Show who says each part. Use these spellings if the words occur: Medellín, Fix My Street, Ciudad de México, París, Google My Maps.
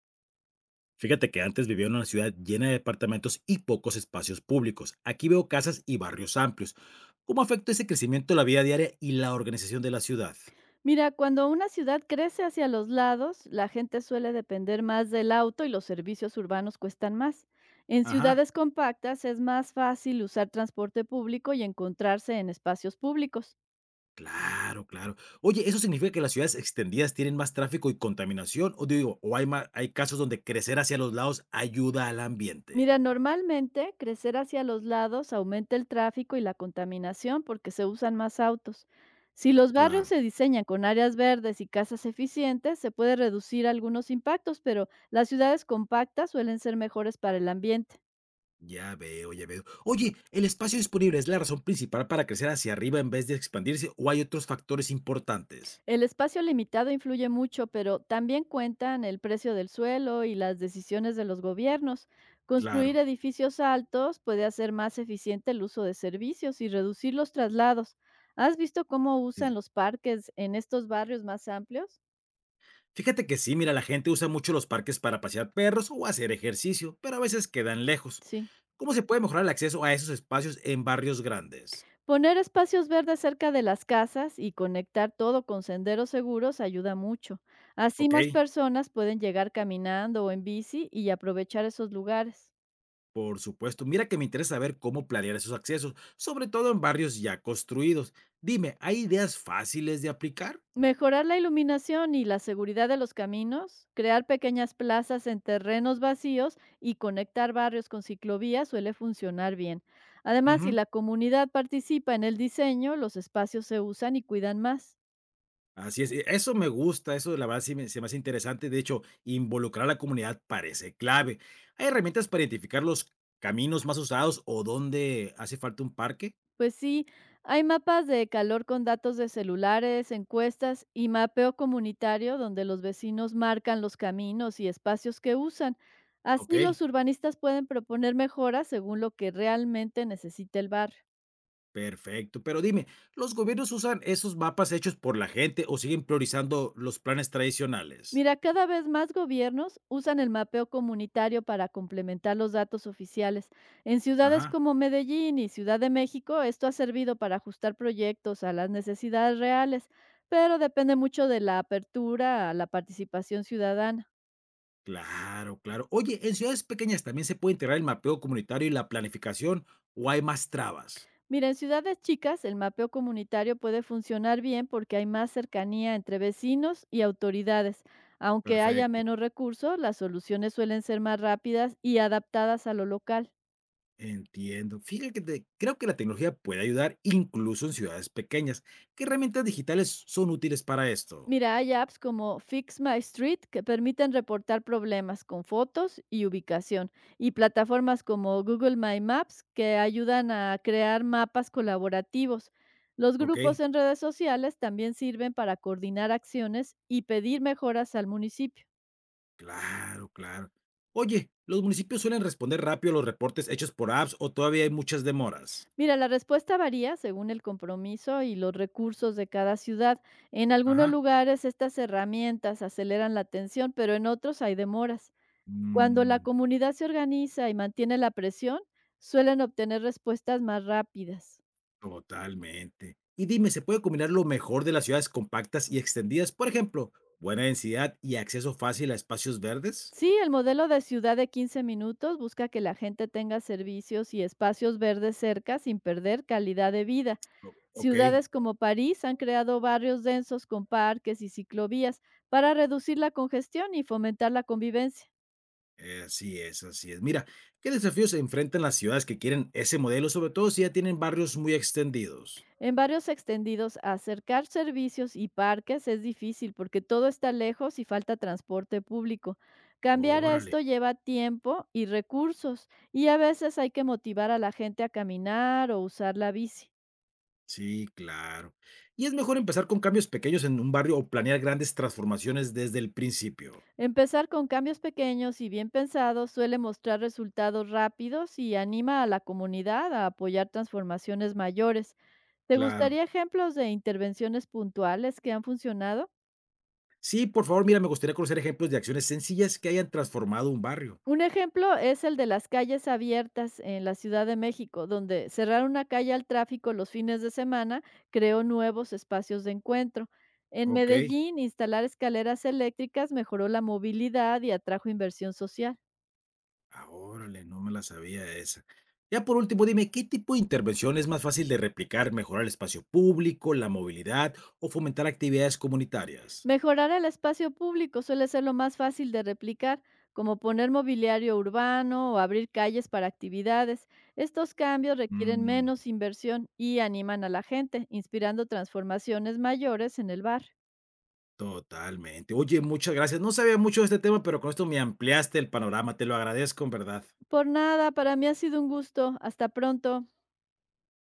Speaker 1: Fíjate que antes vivía en una ciudad llena de departamentos y pocos espacios públicos. Aquí veo casas y barrios amplios. ¿Cómo afecta ese crecimiento la vida diaria y la organización de la ciudad?
Speaker 2: Mira, cuando una ciudad crece hacia los lados, la gente suele depender más del auto y los servicios urbanos cuestan más. En
Speaker 1: Ajá.
Speaker 2: ciudades compactas es más fácil usar transporte público y encontrarse en espacios públicos.
Speaker 1: Claro, claro. Oye, ¿eso significa que las ciudades extendidas tienen más tráfico y contaminación? O digo, o hay casos donde crecer hacia los lados ayuda al ambiente.
Speaker 2: Mira, normalmente crecer hacia los lados aumenta el tráfico y la contaminación porque se usan más autos. Si los barrios
Speaker 1: Claro.
Speaker 2: se diseñan con áreas verdes y casas eficientes, se puede reducir algunos impactos, pero las ciudades compactas suelen ser mejores para el ambiente.
Speaker 1: Ya veo, ya veo. Oye, ¿el espacio disponible es la razón principal para crecer hacia arriba en vez de expandirse o hay otros factores importantes?
Speaker 2: El espacio limitado influye mucho, pero también cuentan el precio del suelo y las decisiones de los gobiernos. Construir
Speaker 1: Claro.
Speaker 2: edificios altos puede hacer más eficiente el uso de servicios y reducir los traslados. ¿Has visto cómo
Speaker 1: Sí.
Speaker 2: usan los parques en estos barrios más amplios?
Speaker 1: Fíjate que sí, mira, la gente usa mucho los parques para pasear perros o hacer ejercicio, pero a veces quedan lejos.
Speaker 2: Sí.
Speaker 1: ¿Cómo se puede mejorar el acceso a esos espacios en barrios grandes?
Speaker 2: Poner espacios verdes cerca de las casas y conectar todo con senderos seguros ayuda mucho. Así
Speaker 1: Ok,
Speaker 2: más personas pueden llegar caminando o en bici y aprovechar esos lugares.
Speaker 1: por supuesto. Mira que me interesa saber cómo planear esos accesos, sobre todo en barrios ya construidos. Dime, ¿hay ideas fáciles de aplicar?
Speaker 2: Mejorar la iluminación y la seguridad de los caminos, crear pequeñas plazas en terrenos vacíos y conectar barrios con ciclovías suele funcionar bien. Además, si
Speaker 1: Ujú,
Speaker 2: la comunidad participa en el diseño, los espacios se usan y cuidan más.
Speaker 1: así es, eso me gusta, eso la verdad se me hace interesante. De hecho, involucrar a la comunidad parece clave. ¿Hay herramientas para identificar los caminos más usados o dónde hace falta un parque?
Speaker 2: Pues sí, hay mapas de calor con datos de celulares, encuestas y mapeo comunitario donde los vecinos marcan los caminos y espacios que usan.
Speaker 1: Ok.
Speaker 2: Así los urbanistas pueden proponer mejoras según lo que realmente necesita el barrio.
Speaker 1: Perfecto, pero dime, ¿los gobiernos usan esos mapas hechos por la gente o siguen priorizando los planes tradicionales?
Speaker 2: Mira, cada vez más gobiernos usan el mapeo comunitario para complementar los datos oficiales. En ciudades
Speaker 1: Ajá,
Speaker 2: como Medellín y Ciudad de México, esto ha servido para ajustar proyectos a las necesidades reales, pero depende mucho de la apertura a la participación ciudadana.
Speaker 1: claro, claro. Oye, ¿en ciudades pequeñas también se puede integrar el mapeo comunitario y la planificación o hay más trabas?
Speaker 2: Mira, en ciudades chicas, el mapeo comunitario puede funcionar bien porque hay más cercanía entre vecinos y autoridades. Aunque haya
Speaker 1: Perfecto,
Speaker 2: menos recursos, las soluciones suelen ser más rápidas y adaptadas a lo local.
Speaker 1: entiendo. Fíjate que creo que la tecnología puede ayudar incluso en ciudades pequeñas. ¿Qué herramientas digitales son útiles para esto?
Speaker 2: Mira, hay apps como Fix My Street que permiten reportar problemas con fotos y ubicación, y plataformas como Google My Maps que ayudan a crear mapas colaborativos. Los
Speaker 1: Ok,
Speaker 2: grupos en redes sociales también sirven para coordinar acciones y pedir mejoras al municipio.
Speaker 1: claro, claro. Oye, ¿los municipios suelen responder rápido a los reportes hechos por apps o todavía hay muchas demoras?
Speaker 2: Mira, la respuesta varía según el compromiso y los recursos de cada ciudad. En algunos
Speaker 1: Ajá.
Speaker 2: lugares estas herramientas aceleran la atención, pero en otros hay demoras. Cuando la
Speaker 1: Mm,
Speaker 2: comunidad se organiza y mantiene la presión, suelen obtener respuestas más rápidas.
Speaker 1: totalmente. Y dime, ¿se puede combinar lo mejor de las ciudades compactas y extendidas? Por ejemplo, buena densidad y acceso fácil a espacios verdes.
Speaker 2: Sí, el modelo de ciudad de 15 minutos busca que la gente tenga servicios y espacios verdes cerca sin perder calidad de vida.
Speaker 1: Ok,
Speaker 2: Ciudades como París han creado barrios densos con parques y ciclovías para reducir la congestión y fomentar la convivencia.
Speaker 1: así es, así es. Mira, ¿qué desafíos se enfrentan las ciudades que quieren ese modelo, sobre todo si ya tienen barrios muy extendidos?
Speaker 2: En varios extendidos, acercar servicios y parques es difícil porque todo está lejos y falta transporte público. Cambiar
Speaker 1: Órale,
Speaker 2: esto lleva tiempo y recursos y a veces hay que motivar a la gente a caminar o usar la bici.
Speaker 1: sí, claro. Y es mejor empezar con cambios pequeños en un barrio o planear grandes transformaciones desde el principio.
Speaker 2: Empezar con cambios pequeños y bien pensados suele mostrar resultados rápidos y anima a la comunidad a apoyar transformaciones mayores. ¿Te
Speaker 1: Claro.
Speaker 2: gustaría ejemplos de intervenciones puntuales que han funcionado?
Speaker 1: Sí, por favor, mira, me gustaría conocer ejemplos de acciones sencillas que hayan transformado un barrio.
Speaker 2: Un ejemplo es el de las calles abiertas en la Ciudad de México, donde cerrar una calle al tráfico los fines de semana creó nuevos espacios de encuentro. En
Speaker 1: Okey.
Speaker 2: Medellín, instalar escaleras eléctricas mejoró la movilidad y atrajo inversión social.
Speaker 1: Ah, órale, no me la sabía esa. Ya por último, dime, ¿qué tipo de intervención es más fácil de replicar, mejorar el espacio público, la movilidad o fomentar actividades comunitarias?
Speaker 2: Mejorar el espacio público suele ser lo más fácil de replicar, como poner mobiliario urbano o abrir calles para actividades. Estos cambios requieren
Speaker 1: Mm,
Speaker 2: menos inversión y animan a la gente, inspirando transformaciones mayores en el barrio.
Speaker 1: totalmente. Oye, muchas gracias. No sabía mucho de este tema, pero con esto me ampliaste el panorama. Te lo agradezco en verdad.
Speaker 2: Por nada, para mí ha sido un gusto. Hasta pronto.